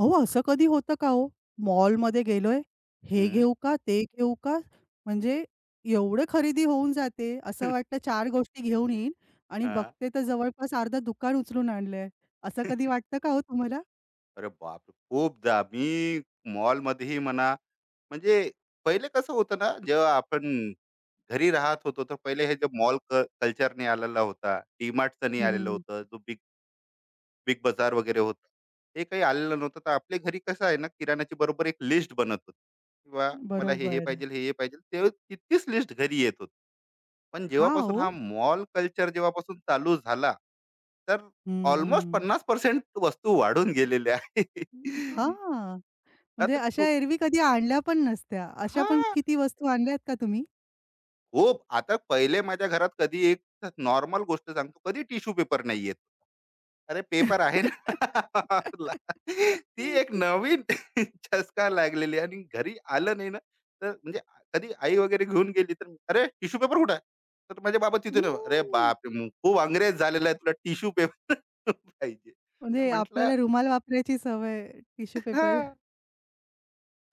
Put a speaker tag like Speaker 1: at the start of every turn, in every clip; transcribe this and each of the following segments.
Speaker 1: अहो, असं कधी होतं का हो? मॉलमध्ये गेलोय, हे
Speaker 2: हं.
Speaker 1: घेऊ का? ते घेऊ का? म्हणजे एवढं खरेदी होऊन जाते, असं वाटतं चार गोष्टी घेऊन येईन आणि
Speaker 2: हां.
Speaker 1: बघते तर जवळपास अर्धं दुकान उचलून आणलंय. असं कधी वाटतं का हो तुम्हाला?
Speaker 2: अरे बापरे! खूपदा मी मॉलमध्येही म्हणा, म्हणजे पहिले कसं होतं ना, जेव्हा आपण घरी राहत होतो, तर पहिले हे जे मॉल कल्चर नाही आलेला होता. डीमार्टचं नाही आलेलं
Speaker 1: हं,
Speaker 2: होतं. जो बिग बिग बाजार वगैरे होता, हे काही आलेलं नव्हतं. तर आपल्या घरी कसं आहे ना, किराणाची बरोबर एक लिस्ट बनत होती. किंवा मला हे हे
Speaker 1: बरोबर.
Speaker 2: पाहिजे हे हे पाहिजे ते तितकीच लिस्ट घरी येत होती. पण
Speaker 1: हां,
Speaker 2: जेव्हापासून हा
Speaker 1: हो.
Speaker 2: मॉल कल्चर जेव्हापासून चालू झाला, तर
Speaker 1: हं,
Speaker 2: ऑलमोस्ट
Speaker 1: हं.
Speaker 2: 50% वस्तू वाढून गेलेल्या आहे.
Speaker 1: हां, म्हणजे
Speaker 2: आता
Speaker 1: अशा
Speaker 2: छोट
Speaker 1: एरवी कधी आणल्या पण नसत्या. अशा
Speaker 2: हा
Speaker 1: पण किती वस्तू आणल्यात का तुम्ही?
Speaker 2: खूप. आता पहिले माझ्या घरात कधी एक नॉर्मल गोष्ट सांगतो, कधी टिश्यू पेपर नाही येत. अरे पेपर आहे ना. ती एक नवीन चसका लागलेली आहे आणि घरी आलं नाही ना, तर म्हणजे कधी आई वगैरे घेऊन गेली तर, "अरे टिश्यू पेपर कुठे आहे?" तर माझे बाबा तिथे नाही. "अरे
Speaker 1: हं.
Speaker 2: बापरे! खूप अंग्रेज झालेला आहे तुला टिश्यू पेपर पाहिजे." पण
Speaker 1: म्हणजे
Speaker 2: म्हटलं,
Speaker 1: आपल्याला रुमाल वापरायची सवय, टिश्यू पेपर.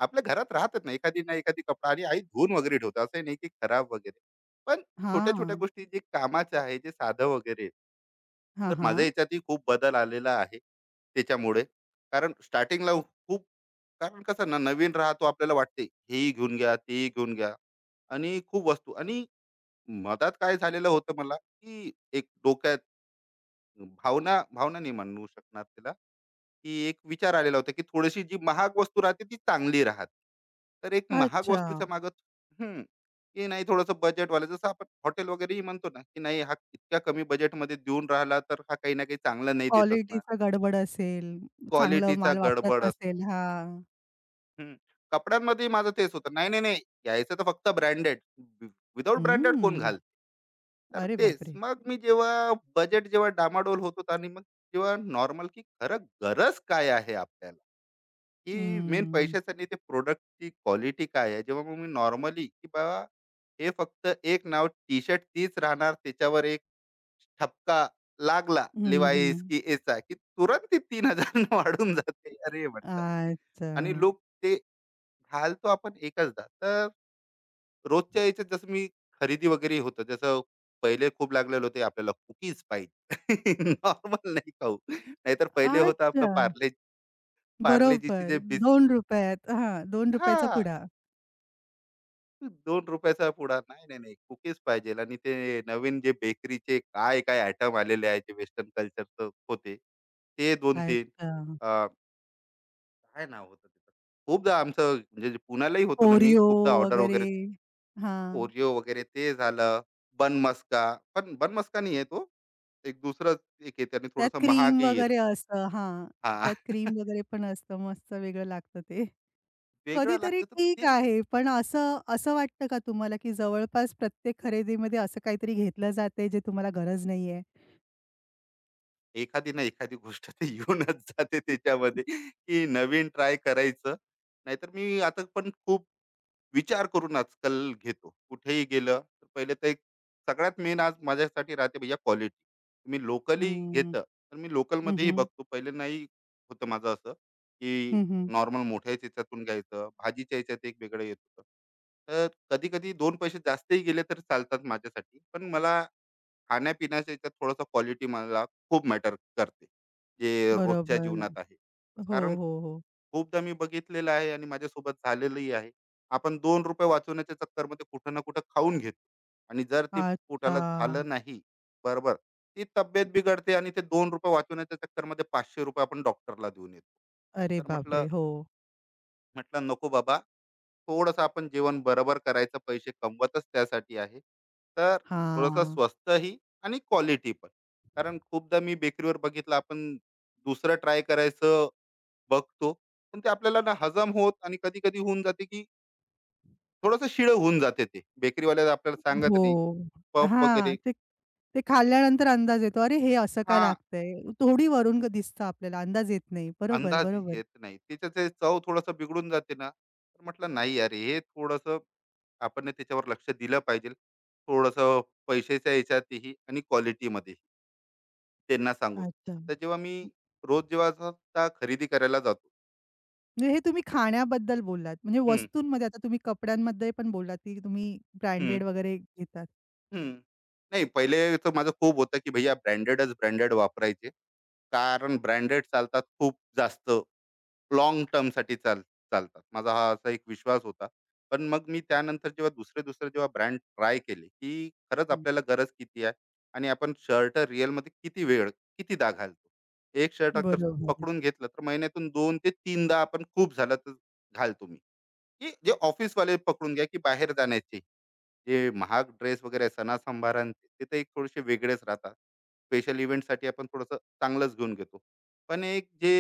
Speaker 2: आपल्या घरात राहतात ना एखादी ना एखादी कपडा आणि आई धुवून वगैरे ठेवते, असं नाही की खराब वगैरे. पण छोट्या छोट्या
Speaker 1: हां.
Speaker 2: गोष्टी जे कामाचं आहे जे साधं वगैरे आहे,
Speaker 1: हां,
Speaker 2: तर माझ्या
Speaker 1: हां.
Speaker 2: याच्यातही खूप बदल आलेला आहे त्याच्यामुळे. कारण स्टार्टिंगला खूप, कारण कसं ना नवीन राहतो आपल्याला वाटते हेही घेऊन घ्या तेही घेऊन घ्या आणि खूप वस्तू. आणि मधात काय झालेलं होतं मला, की एक डोक्यात भावना, भावना नाही म्हणू शकणार त्याला, की एक विचार आलेला होता, की थोडीशी जी महाग वस्तू राहते ती चांगली राहते. तर एक महाग
Speaker 1: अच्छा.
Speaker 2: वस्तूच्या मागे, हं, की नाही थोडंसं बजेटवालं, जसं आपण हॉटेल वगैरेही म्हणतो ना, की नाही हा इतक्या कमी बजेटमध्ये देऊन राहिला तर हा काही ना काही चांगला नाही देत असणार.
Speaker 1: क्वालिटीचा गडबड असेल, चांगलं
Speaker 2: क्वालिटीचा
Speaker 1: माल वापरत
Speaker 2: गडबड असणार.
Speaker 1: नसेल. हां.
Speaker 2: हं. कपड्यांमध्ये माझं तेच होतं. नाही, नाही, नाही. घ्यायचं तर फक्त ब्रँडेड. विदाऊट ब्रँडेड कोण
Speaker 1: हम्म.
Speaker 2: घालते? तर
Speaker 1: अरे
Speaker 2: तेच.
Speaker 1: बापरे!
Speaker 2: मग मी जेव्हा बजेट जेव्हा डामाडोल होत होतं आणि मग जेव्हा नॉर्मल, की खरं गरज काय आहे आपल्याला? की मेन
Speaker 1: हम्म.
Speaker 2: पैशाचं आणि ते प्रॉडक्टची क्वालिटी काय आहे? जेव्हा मग मी नॉर्मली, की बाबा हे फक्त एक नाव, टी-शर्ट तीच राहणार. त्याच्यावर एक ठपका लागला
Speaker 1: हं,
Speaker 2: Levi's
Speaker 1: हं.
Speaker 2: की याचा, की तुरंत ती 3,000 वाढून जाते. अरे म्हटलं.
Speaker 1: अच्छा.
Speaker 2: आणि लोक ते घालतो आपण एकचदा. तर रोजच्या याच्यात जसं मी खरेदी वगैरे होतं, जसं पहिले खूप लागलेले होते आपल्याला कुकीज पाहिजे. नॉर्मल नाही खाऊ. नाहीतर पहिले होतं आपलं
Speaker 1: अच्छा.
Speaker 2: पार्ले, पार्लेजीची
Speaker 1: बरोबर.
Speaker 2: जे बिस,
Speaker 1: ₹2 हां, ₹2 चा
Speaker 2: हां,
Speaker 1: पुडा.
Speaker 2: ₹2 चा पुडा. नाही, नाही, नाही. कुकीज पाहिजे आणि ते नवीन जे बेकरीचे काय-काय आयटम आलेले आहेत, जे वेस्टर्न कल्चरचं होते. ते 2-3,
Speaker 1: अच्छा.
Speaker 2: अ, काय नाव होतं त्याचं? खूपदा आमचं म्हणजे जे पुण्यालाही होतो ना मी,
Speaker 1: Oreo
Speaker 2: खूपदा ऑर्डर
Speaker 1: वगैरे.
Speaker 2: वगैरे
Speaker 1: हां.
Speaker 2: Oreo वगैरे ते झालं. बन मस्का, पण बन मस्का नाहीये तो. एक दुसरंच एक येते आणि
Speaker 1: त्यात
Speaker 2: थोडंसं
Speaker 1: क्रीम
Speaker 2: महागही
Speaker 1: वगैरे
Speaker 2: येते.
Speaker 1: असतं हां.
Speaker 2: हां.
Speaker 1: त्यात क्रीम वगैरे पण असतं. मस्त वेगळं लागतं ते.
Speaker 2: वेगळं
Speaker 1: कधीतरी
Speaker 2: लागतं तर
Speaker 1: ठीक
Speaker 2: ते.
Speaker 1: आहे. पण असं असं वाटतं का तुम्हाला, की जवळपास प्रत्येक खरेदीमध्ये असं काहीतरी घेतलं जातंय जे तुम्हाला गरज नाहीये?
Speaker 2: एखादी ना एखादी गोष्ट ते येऊनच जाते त्याच्यामध्ये, की नवीन ट्राय करायचं. नाहीतर मी आता पण खूप विचार करून आजकाल घेतो. कुठेही गेलं तर पहिले तर एक, सगळ्यात मेन आज माझ्यासाठी राहते भैय्या क्वालिटी. मी लोकली
Speaker 1: हं.
Speaker 2: घेतं, तर मी
Speaker 1: हं,
Speaker 2: लोकलमध्येही
Speaker 1: हं.
Speaker 2: बघतो. पहिले नाही होतं माझं असं, की
Speaker 1: हं, हं.
Speaker 2: नॉर्मल मोठ्या याच्यातून घ्यायचं. भाजीच्या ह्याच्यात एक वेगळं येत होतं. तर कधी-कधी 2 पैसे जास्तही गेले तर चालतात माझ्यासाठी. पण मला खाण्या-पिण्याच्या याच्यात थोडासा क्वालिटी मला खूप मॅटर करते. जे रोजच्या
Speaker 1: बरोबर.
Speaker 2: जीवनात आहे.
Speaker 1: हो,
Speaker 2: कारण
Speaker 1: हो, हो.
Speaker 2: खूपदा मी बघितलेलं आहे आणि माझ्यासोबत झालेलंही आहे. आपण ₹2 वाचवण्याच्या चक्करमध्ये कुठं ना कुठं खाऊन घेतो आणि जर ते पोटाला
Speaker 1: अच्छा.
Speaker 2: झालं नाही, बरोबर, ती तब्येत बिघडते आणि ते ₹2 वाचवण्याच्या चक्करमध्ये ₹500 आपण डॉक्टरला देऊन येतो.
Speaker 1: अरे
Speaker 2: तर म्हटलं,
Speaker 1: बापरे! हो.
Speaker 2: "नको बाबा, थोडंसं आपण जेवण बरोबर करायचं, पैसे कमवतच त्यासाठी आहे. तर थोडंसं
Speaker 1: हां.
Speaker 2: स्वस्तही आणि क्वालिटी पण. कारण खूपदा मी बेकरीवर बघितलं, आपण दुसरं ट्राय करायचं बघतो. पण ते आपल्याला ना हजम होत आणि कधी-कधी होऊन जाते, की थोडंसं शिळं होऊन जाते ते. बेकरीवाल्याला आपल्याला सांगत नाही.
Speaker 1: हो.
Speaker 2: पफ वगैरे,
Speaker 1: हां, ते ते खाल्ल्यानंतर अंदाज येतो. अरे, हे असं काय
Speaker 2: हां,
Speaker 1: लागतंय? थोडी वरून दिसतं आपल्याला, अंदाज येत नाही. बरोबर,
Speaker 2: अंदाज
Speaker 1: बरोबर.
Speaker 2: येत नाही. त्याचं ते चव थोडंसं बिघडून जाते ना, तर म्हटलं नाही यार हे थोडंसं आपण त्याच्यावर लक्ष दिलं पाहिजे. थोडंसं पैशाच्या ह्याच्यातही आणि क्वालिटीमध्येही त्यांना सांगून.
Speaker 1: अच्छा.
Speaker 2: तर जेव्हा मी रोज जेव्हा असं आता खरेदी करायला जातो.
Speaker 1: म्हणजे हे तुम्ही खाण्याबद्दल बोललात. म्हणजे
Speaker 2: हं,
Speaker 1: वस्तूंमध्ये आता तुम्ही कपड्यांमध्ये पण बोललात, की तुम्ही
Speaker 2: हं,
Speaker 1: ब्रँडेड वगैरे घेतात.
Speaker 2: हं. नाही, पहिले तर माझं खूप होतं की भैया ब्रँडेडच ब्रँडेड वापरायचे. कारण ब्रँडेड चालतात खूप जास्त. लाँग टर्मसाठी चालतात. माझा हा असा एक विश्वास होता. पण मग मी त्यानंतर जेव्हा दुसरे-दुसरे जेव्हा ब्रँड ट्राय केले, की खरंच
Speaker 1: हं.
Speaker 2: आपल्याला गरज किती आहे आणि आपण शर्ट रिअलमध्ये किती वेळ, कितीदा घालतो. एक शर्ट अगर
Speaker 1: बरोबर.
Speaker 2: पकडून घेतलं, तर महिन्यातून 2 ते 3दा आपण, खूप झालं तर, घालतो मी. की जे ऑफिसवाले पकडून घ्या, की बाहेर जाण्याचे. जे महाग ड्रेस वगैरे आहे सणासंभारांचे ते तर एक थोडेसे वेगळेच राहतात, स्पेशल इव्हेंटसाठी आपण थोडंसं चांगलंच घेऊन घेतो. पण एक जे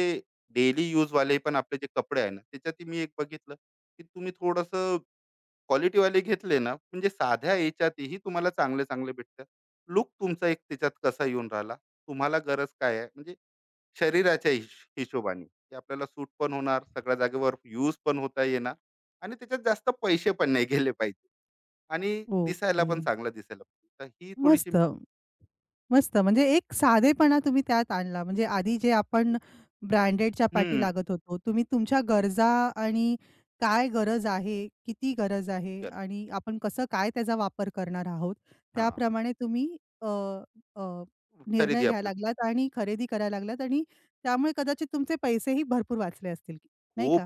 Speaker 2: डेली यूजवाले पण आपले जे कपडे आहे ना त्याच्यातही मी एक बघितलं, की तुम्ही थोडंसं क्वालिटीवाले घेतले ना, म्हणजे साध्या याच्यातही तुम्हाला चांगले चांगले भेटतात. लुक तुमचा एक त्याच्यात कसा येऊन राहिला, तुम्हाला गरज काय आहे, म्हणजे शरीराच्या हिशोबाने, की आपल्याला सूट पण होणार, सगळ्या जागेवर यूज पण होता येणार आणि त्याच्यात जास्त पैसे पण नाही गेले आणि दिसायला
Speaker 1: ओके.
Speaker 2: पण चांगलं दिसायला पाहिजे. तर ही थोडीशी,
Speaker 1: मस्त. मस्त. म्हणजे एक साधेपणा तुम्ही त्यात आणला. म्हणजे आधी जे आपण ब्रँडेडच्या पाठी
Speaker 2: हं,
Speaker 1: लागत होतो, तुम्ही तुमच्या गरजा आणि काय गरज आहे, किती गरज आहे
Speaker 2: जर,
Speaker 1: आणि आपण कसं काय त्याचा वापर करणार आहोत,
Speaker 2: हां,
Speaker 1: त्याप्रमाणे तुम्ही अ, अ,
Speaker 2: खरेदी
Speaker 1: निर्णय घ्यायला
Speaker 2: आपलं,
Speaker 1: लागलात आणि खरेदी करायला लागलात आणि त्यामुळे कदाचित तुमचे पैसेही भरपूर वाचले असतील, नाही
Speaker 2: खूप,
Speaker 1: का?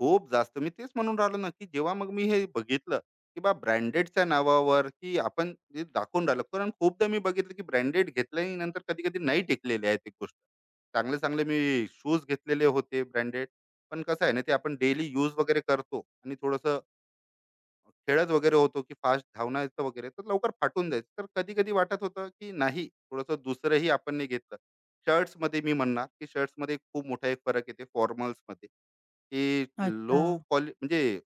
Speaker 2: खूप जास्त मी तेच म्हणून राहिलो ना, की जेव्हा मग मी हे बघितलं, की बा ब्रँडेडच्या नावावर, की आपण जे दाखवून राहिलो. कारण खूपदा मी बघितलं, की ब्रँडेड घेतल्यानंतर कधी-कधी नाही टिकलेली आहे ती गोष्ट. चांगले-चांगले मी शूज घेतलेले होते ब्रँडेड. पण कसं आहे ना, ते आपण डेली यूज वगैरे करतो आणि थोडंसं खेळत वगैरे होतो, की फास्ट धावण्याचं वगैरे, तर लवकर फाटून जायचं. तर कधी कधी वाटत होतं की नाही, थोडंसं दुसरंही आपण नाही घेतलं. शर्ट्स मध्ये मी म्हणणार की शर्ट्स मध्ये खूप मोठा एक फरक येते फॉर्मल्स मध्ये, की
Speaker 1: अच्छा.
Speaker 2: लो क्वालिटी म्हणजे,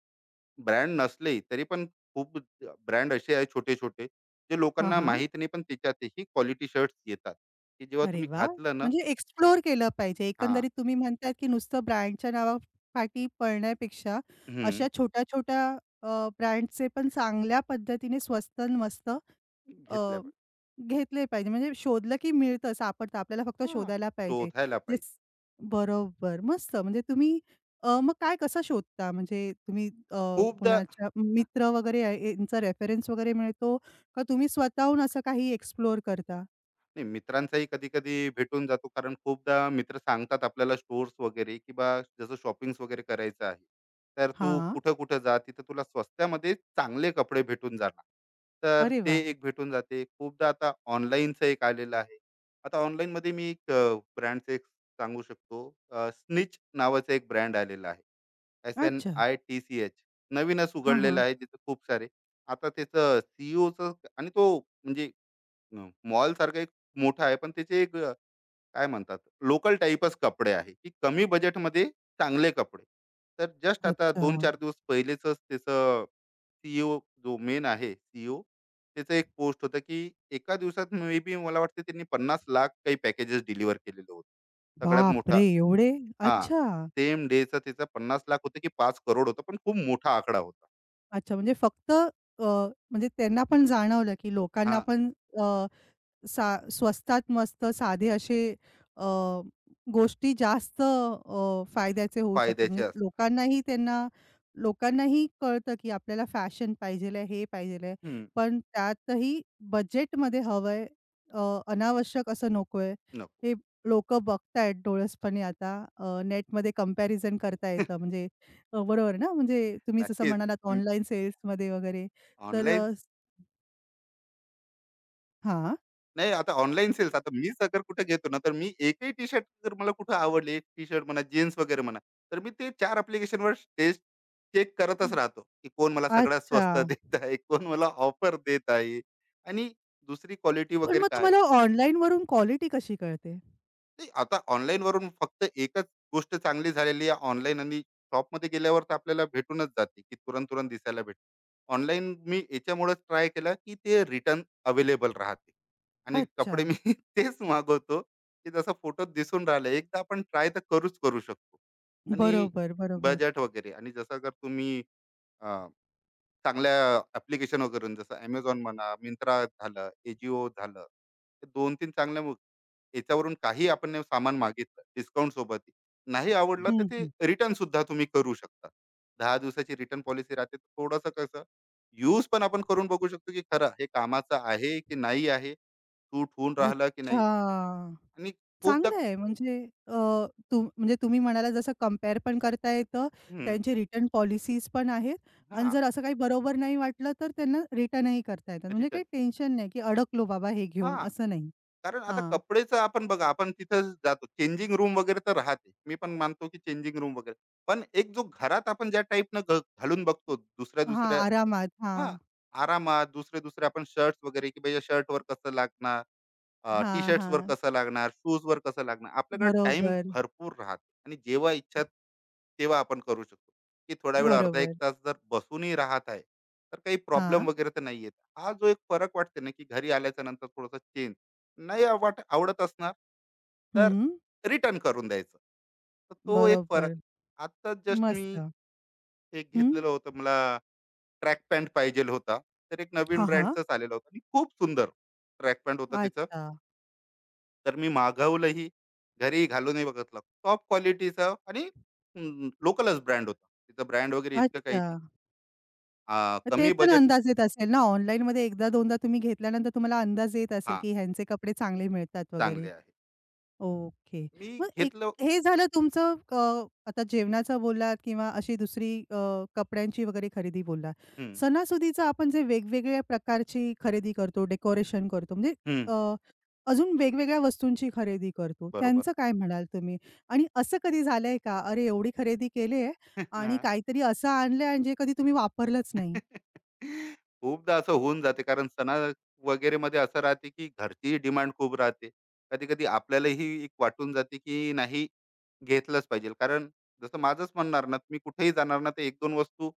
Speaker 2: ब्रँड नसले तरी पण, खूप ब्रँड असे आहे छोटे छोटे जे
Speaker 1: हां,
Speaker 2: लोकांना
Speaker 1: हां.
Speaker 2: माहीत नाही, पण त्याच्यातही क्वालिटी शर्ट्स येतात, की जेव्हा
Speaker 1: अरे
Speaker 2: तुम्ही
Speaker 1: वा,
Speaker 2: घातलं ना.
Speaker 1: म्हणजे एक्सप्लोर केलं पाहिजे.
Speaker 2: हा.
Speaker 1: एकंदरीत तुम्ही म्हणताय, की नुसतं ब्रँडच्या नावापाठी पळण्यापेक्षा
Speaker 2: हम्म,
Speaker 1: अशा छोट्या-छोट्या अ, ब्रँडचे पण चांगल्या पद्धतीने स्वस्त आणि मस्त अ,
Speaker 2: घेतल्या पाहिजे.
Speaker 1: घेतले पाहिजे. म्हणजे शोधलं की मिळतं, सापडतं. आपल्याला फक्त
Speaker 2: हा,
Speaker 1: शोधायला पाहिजे.
Speaker 2: शोधायला पाहिजे.
Speaker 1: येस बरोबर. मस्त. म्हणजे तुम्ही मग काय कसं शोधता? म्हणजे तुम्ही
Speaker 2: खूपदा,
Speaker 1: कोणाच्या मित्र वगैरे आहे यांचा रेफरन्स वगैरे मिळतो? का तुम्ही स्वतःहून असं काही एक्सप्लोर करता?
Speaker 2: नाही, मित्रांचाही कधी कधी भेटून जातो, कारण खूपदा मित्र सांगतात आपल्याला स्टोर्स वगैरे, की बा जसं शॉपिंग वगैरे करायचं आहे, तर तू
Speaker 1: हां.
Speaker 2: कुठं कुठं जा, तिथं तुला स्वस्त्यामध्ये चांगले कपडे भेटून जाणार. तर
Speaker 1: अरे
Speaker 2: ते
Speaker 1: वाह!
Speaker 2: एक भेटून जाते. खूपदा आता ऑनलाईनचं एक आलेलं आहे. आता ऑनलाईनमध्ये मी एक ब्रँडचं एक सांगू शकतो, स्निच नावाचं एक ब्रँड आलेलं आहे, एस एन
Speaker 1: अच्छा.
Speaker 2: I T C H. नवीनच
Speaker 1: हां,
Speaker 2: उघडलेलं
Speaker 1: हां.
Speaker 2: आहे, तिथं खूप सारे. आता त्याचं सीईओचं, आणि तो म्हणजे मॉल सारखा एक मोठा आहे, पण त्याचे एक, काय म्हणतात, लोकल टाईपच कपडे आहे, की कमी बजेटमध्ये चांगले कपडे. तर जस्ट आता
Speaker 1: अच्छा.
Speaker 2: दोन चार दिवस पहिलेच त्याचं सीईओ, जो मेन आहे सीईओ, त्याचं एक पोस्ट होतं, की एका दिवसात मे बी मला वाटतं त्यांनी 50 लाख काही पॅकेजेस डिलिव्हर केलेले होते. सगळ्यात मोठा.
Speaker 1: बापरे! एवढे?
Speaker 2: हा.
Speaker 1: अच्छा.
Speaker 2: सेम डेचा त्याचा 50 लाख होतं की 5 करोड होतं, पण खूप मोठा आकडा होता.
Speaker 1: अच्छा म्हणजे फक्त अ, म्हणजे त्यांना पण जाणवलं, की
Speaker 2: हा,
Speaker 1: लोकांना पण अ सा स्वस्तात मस्त साधे असे अ, गोष्टी जास्त फायद्याचे होऊ शकतात.
Speaker 2: फायद्याचे
Speaker 1: म्हणजे
Speaker 2: असतात.
Speaker 1: लोकांनाही कळतं, की आपल्याला फॅशन पाहिजेल आहे, हे पाहिजेल आहे.
Speaker 2: हम्म,
Speaker 1: पण त्यातही बजेटमध्ये हवंय, अनावश्यक असं नकोय.
Speaker 2: नको.
Speaker 1: हे लोकं बघतायत डोळसपणे आता. नेटमध्ये कंपॅरिझन करता येतं म्हणजे बरोबर ना? म्हणजे तुम्ही जसं
Speaker 2: नक्कीच.
Speaker 1: म्हणालात ऑनलाईन सेल्समध्ये वगैरे तर
Speaker 2: ऑनलाईन.
Speaker 1: हां.
Speaker 2: नाही, आता ऑनलाईन सेल्स आता मीच अगर कुठे घेतो ना, तर मी एकही टी शर्ट जर मला कुठं आवडली, टी शर्ट म्हणा जीन्स वगैरे म्हणा, तर मी ते चार ऍप्लिकेशनवर टेस्ट, चेक करतच राहतो, की कोण मला सगळ्यात
Speaker 1: अच्छा.
Speaker 2: स्वस्त देत आहे, कोण मला ऑफर देत आहे. आणि दुसरी क्वालिटी
Speaker 1: पण
Speaker 2: वगैरे
Speaker 1: मग
Speaker 2: काय.
Speaker 1: तुम्हाला ऑनलाईनवरून क्वालिटी कशी कळते?
Speaker 2: नाही, आता ऑनलाईन वरून फक्त एकच गोष्ट चांगली झालेली आहे, ऑनलाईन आणि शॉपमध्ये गेल्यावर तर आपल्याला भेटूनच जाते, की तुरंत तुरंत दिसायला भेटते. ऑनलाईन मी याच्यामुळेच ट्राय केला, की ते रिटर्न अवेलेबल राहते आणि
Speaker 1: अच्छा.
Speaker 2: कपडे मी तेच मागवतो, की जसं फोटोत दिसून राहिलं, एकदा आपण ट्राय तर करूच करू शकतो. आणि
Speaker 1: बरोबर, बरोबर.
Speaker 2: बजेट वगैरे, आणि जसं जर तुम्ही चांगल्या ऍप्लिकेशन वगैरे जसं Amazon म्हणा, Myntra झालं, Ajio झालं. हे 2-3 चांगल्या, मग याच्यावरून काही आपण हे सामान मागितलं डिस्काउंट सोबत, नाही आवडलं तर
Speaker 1: हं,
Speaker 2: ते
Speaker 1: हं.
Speaker 2: रिटर्न सुद्धा तुम्ही करू शकता. 10 दिवसाची रिटर्न पॉलिसी राहते. तर थोडंसं कसं यूज पण आपण करून बघू शकतो, की खरं हे कामाचं आहे की नाही आहे? सूट होऊन राहिलं की नाही?
Speaker 1: अच्छा.
Speaker 2: आणि खूपदा.
Speaker 1: चांगलं आहे म्हणजे अ, तुम म्हणजे तुम्ही म्हणालात जसं कंपेअर पण करता येतं,
Speaker 2: हं.
Speaker 1: त्यांची रिटर्न पॉलिसीज पण आहेत आणि
Speaker 2: हां.
Speaker 1: जर असं काही बरोबर नाही वाटलं, तर त्यांना रिटर्नही करता येतात. म्हणजे काही
Speaker 2: रिटर्न.
Speaker 1: टेन्शन नाही, की अडकलो बाबा हे घेऊन
Speaker 2: हां.
Speaker 1: असं नाही.
Speaker 2: कारण आता
Speaker 1: हां.
Speaker 2: कपडेचं आपण बघा, आपण तिथं जातो. चेंजिंग रूम वगैरे तर राहते. मी पण मानतो, की चेंजिंग रूम वगैरे. पण एक जो घरात आपण ज्या टाईपनं घालून बघतो
Speaker 1: हां,
Speaker 2: दुसऱ्या-दुसऱ्या,
Speaker 1: आरामात.
Speaker 2: हां,
Speaker 1: हां.
Speaker 2: आरामात दुसरे-दुसरे आपण शर्ट्स वगैरे, की भई या शर्टवर कसं लागणार? टी
Speaker 1: हां,
Speaker 2: शर्ट्सवर
Speaker 1: हां.
Speaker 2: कसं लागणार, शूजवर कसं लागणार. आपल्याकडे टाइम
Speaker 1: बरोबर,
Speaker 2: भरपूर राहते आणि जेव्हा इच्छा तेव्हा आपण करू शकतो, की थोडा वेळ अर्धा 1
Speaker 1: बरोबर.
Speaker 2: तास जर बसूनही राहत आहे, तर काही
Speaker 1: हां.
Speaker 2: प्रॉब्लेम वगैरे तर नाही येत. हा जो एक फरक वाटते ना, की घरी आल्याच्या नंतर थोडासा चेंज नाही आवडत असणार, तर
Speaker 1: हं.
Speaker 2: रिटर्न करून द्यायचं. तर तो एक फरक.
Speaker 1: बरोबर.
Speaker 2: आत्ताच जस्ट
Speaker 1: मस्त.
Speaker 2: मी एक
Speaker 1: हं.
Speaker 2: घेतलेलं होतं, मला ट्रॅक पॅन्ट पाहिजेल होता. तर एक नवीन
Speaker 1: हां, हां.
Speaker 2: ब्रँडचाच आलेला होता आणि खूप सुंदर ट्रॅक पॅन्ट होतं तिचं.
Speaker 1: अच्छा,
Speaker 2: तर मी मागवलंही. घरी घालूनही बघितलं. टॉप क्वालिटीचं आणि लोकलच ब्रँड होता. तिथं ब्रँड वगैरे इतकं काही
Speaker 1: अच्छा.
Speaker 2: नाही.
Speaker 1: मग ते
Speaker 2: कमी
Speaker 1: पण
Speaker 2: बजेट.
Speaker 1: अंदाज येत असेल ना, ऑनलाईनमध्ये एकदा दोनदा तुम्ही घेतल्यानंतर तुम्हाला अंदाज येत असेल,
Speaker 2: हां,
Speaker 1: की ह्यांचे कपडे चांगले मिळतात वगैरे.
Speaker 2: चांगले आहे.
Speaker 1: ओके.
Speaker 2: मी
Speaker 1: मग एक
Speaker 2: घेतलं.
Speaker 1: हे झालं तुमचं आता जेवणाचं बोललात किंवा अशी दुसरी कपड्यांची वगैरे खरेदी बोललात.
Speaker 2: हं,
Speaker 1: सणासुदीचं आपण जे वेगवेगळ्या प्रकारची खरेदी करतो, डेकोरेशन करतो म्हणजे
Speaker 2: हं.
Speaker 1: अ, अजून वेगवेगळ्या वस्तूंची खरेदी करतो.
Speaker 2: बरोबर.
Speaker 1: त्यांचं काय म्हणाल तुम्ही? आणि असं कधी झालंय का? अरे, एवढी खरेदी केली आहे आणि
Speaker 2: हां.
Speaker 1: काहीतरी असं आणलंय आणि जे कधी तुम्ही वापरलंच नाही?
Speaker 2: खूपदा असं होऊन जाते, कारण सणा वगैरेमध्ये असं राहते, की घरचीही डिमांड खूप राहते. कधी-कधी आपल्यालाही एक वाटून जाते, की नाही घेतलंच पाहिजे. कारण जसं माझंच म्हणणार ना, मी कुठेही जाणार ना, तर 1-2 वस्तू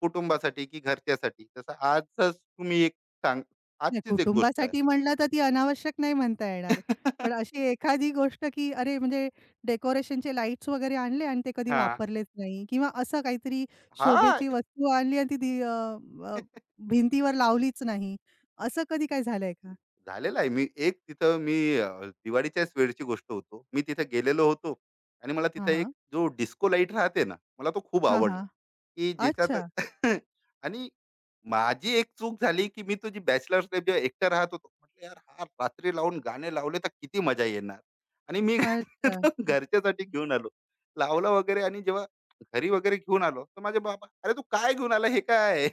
Speaker 2: कुटुंबासाठी की घरच्यासाठी. तसं आजच तुम्ही एक, सांग
Speaker 1: नाही,
Speaker 2: आजचीच एक गोष्ट आहे.
Speaker 1: कुटुंबासाठी म्हणलं तर ती अनावश्यक नाही म्हणता येणार. पण अशी एखादी गोष्ट, की अरे म्हणजे डेकोरेशनचे लाईट्स वगैरे आणले आणि ते कधी
Speaker 2: हां.
Speaker 1: वापरलेच नाही किंवा असं काहीतरी
Speaker 2: हां.
Speaker 1: शोभेची वस्तू आणली आणि ती अ, भिंतीवर लावलीच नाही. असं कधी काय झालंय का?
Speaker 2: झालेलं आहे. मी एक तिथं मी अ, दिवाळीच्याच वेळची गोष्ट होतो. मी तिथे गेलेलो होतो आणि मला तिथं
Speaker 1: हां,
Speaker 2: एक
Speaker 1: हां.
Speaker 2: जो डिस्को लाईट राहते ना, मला तो खूप
Speaker 1: हां,
Speaker 2: आवडला,
Speaker 1: हां.
Speaker 2: की ज्याच्यात
Speaker 1: अच्छा,
Speaker 2: आणि माझी एक चूक झाली, की मी तो, जी बॅचलर्स लाईफ जेव्हा एकटा राहत होतो. म्हटलं यार हा रात्री लावून गाणे लावले तर किती मजा येणार, आणि मी
Speaker 1: अच्छा.
Speaker 2: तो घरच्यासाठी घेऊन आलो. लावला वगैरे आणि जेव्हा घरी वगैरे घेऊन आलो, तर माझे बाबा, "अरे तू काय घेऊन आला? हे काय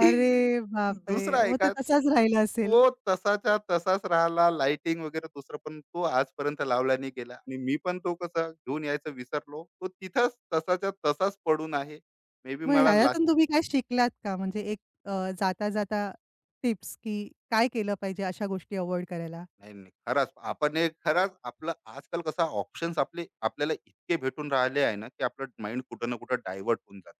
Speaker 1: अरे बापरे!
Speaker 2: दुसरा आहे
Speaker 1: मग ते
Speaker 2: का,
Speaker 1: तसाच राहिला असेल.
Speaker 2: तो तसाच्या तसाच राहिला. लाइटिंग वगैरे दुसरं पण तो आजपर्यंत लावला नाही गेला आणि मी पण तो कसा घेऊन यायचं विसरलो. तो तिथंच तसाच्या तसाच पडून आहे. मे बी
Speaker 1: मग
Speaker 2: मला.
Speaker 1: ह्याच्यातून तुम्ही काय शिकलात का? म्हणजे एक अ, जाता-जाता टिप्स, की काय केलं पाहिजे अशा गोष्टी अव्हॉइड करायला?
Speaker 2: नाही, नाही. खरंच. आपण एक खरंच आपलं आजकाल कसं ऑप्शन्स आपले आपल्याला इतके भेटून राहिले आहे ना, की आपलं माइंड कुठं ना कुठं डायव्हर्ट होऊन जाते,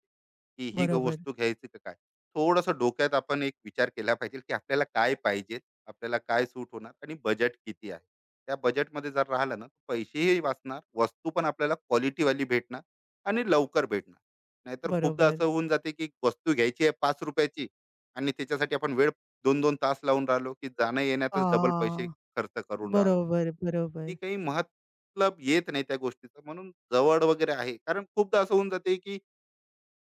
Speaker 2: की ही ग
Speaker 1: बरोबर,
Speaker 2: वस्तू घ्यायची का काय? थोडंसं डोक्यात आपण एक विचार केला पाहिजे, की आपल्याला काय पाहिजे? आपल्याला काय सूट होणार? आणि बजेट किती आहे? त्या बजेटमध्ये जर राहिलं ना, पैसेही वाचणार, वस्तू पण आपल्याला क्वालिटीवाली भेटणार आणि लवकर भेटणार. नाहीतर खूपदा
Speaker 1: बरोबर.
Speaker 2: असं होऊन जाते, की वस्तू घ्यायची आहे ₹5 ची आणि त्याच्यासाठी आपण वेळ 2-2 तास लावून राहिलो, की जाण्या-येण्यातच डबल
Speaker 1: आ,
Speaker 2: पैसे खर्च करून राहिलो.
Speaker 1: बरोबर, बरोबर.
Speaker 2: ती काही मतलब येत नाही त्या गोष्टीचा, म्हणून जवळ वगैरे आहे, कारण खूपदा असं होऊन जाते की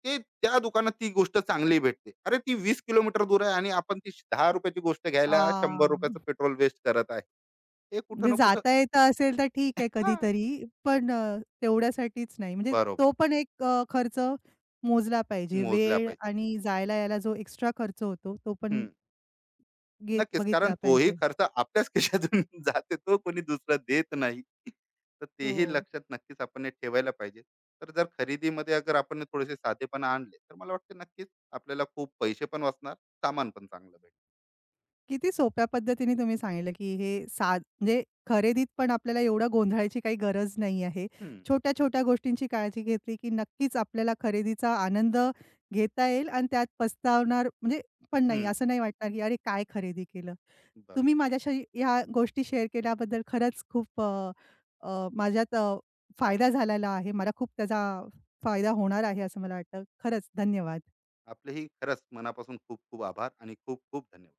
Speaker 2: ते त्या दुकानात ती गोष्ट चांगली भेटते, अरे ती 20 किलोमीटर दूर आहे आणि आपण ती 10 रुपयाची गोष्ट घ्यायला
Speaker 1: आ,
Speaker 2: 100 रुपयाचं पेट्रोल वेस्ट करत आहे. हे कुठं
Speaker 1: म्हणजे
Speaker 2: ना कुठं.
Speaker 1: जाता येत असेल तर ठीक आहे
Speaker 2: हा,
Speaker 1: कधीतरी, पण तेवढ्यासाठीच नाही. म्हणजे
Speaker 2: बरोबर,
Speaker 1: तो पण एक खर्च मोजला पाहिजे.
Speaker 2: मोजल्या
Speaker 1: वेळ
Speaker 2: पाहिजे.
Speaker 1: आणि जायला यायला जो एक्स्ट्रा खर्च होतो, तो पण
Speaker 2: हम्म.
Speaker 1: घेत
Speaker 2: नक्कीच. कारण
Speaker 1: बघितला
Speaker 2: तोही
Speaker 1: पाहिजे.
Speaker 2: खर्च आपल्याच खिशातून जाते. तो कोणी दुसरा देत नाही. तर तेही
Speaker 1: हो.
Speaker 2: लक्षात नक्कीच आपण हे ठेवायला पाहिजे. तर जर खरेदीमध्ये अगर आपण हे थोडेसे साधेपणा आणले, तर मला वाटतं नक्कीच आपल्याला खूप पैसे पण वाचणार, सामान पण चांगलं भेटणार.
Speaker 1: किती सोप्या पद्धतीने तुम्ही सांगितलं, की हे सा म्हणजे खरेदीत पण आपल्याला एवढं गोंधळायची काही गरज नाही आहे.
Speaker 2: हं,
Speaker 1: छोट्या-छोट्या गोष्टींची काळजी घेतली, की नक्कीच आपल्याला खरेदीचा आनंद घेता येईल आणि त्यात पस्तावणार म्हणजे पण नाही,
Speaker 2: हं,
Speaker 1: असं नाही वाटणार, की "अरे, काय खरेदी केलं?"
Speaker 2: बरोबर.
Speaker 1: तुम्ही माझ्याशी ह्या गोष्टी शेअर केल्याबद्दल खरंच खूप अ, अ, माझ्यात अ, फायदा झालेला आहे. मला खूप त्याचा फायदा होणार आहे, असं मला वाटतं. खरंच धन्यवाद.
Speaker 2: आपलेही खरंच मनापासून खूप खूप आभार आणि खूप खूप धन्यवाद.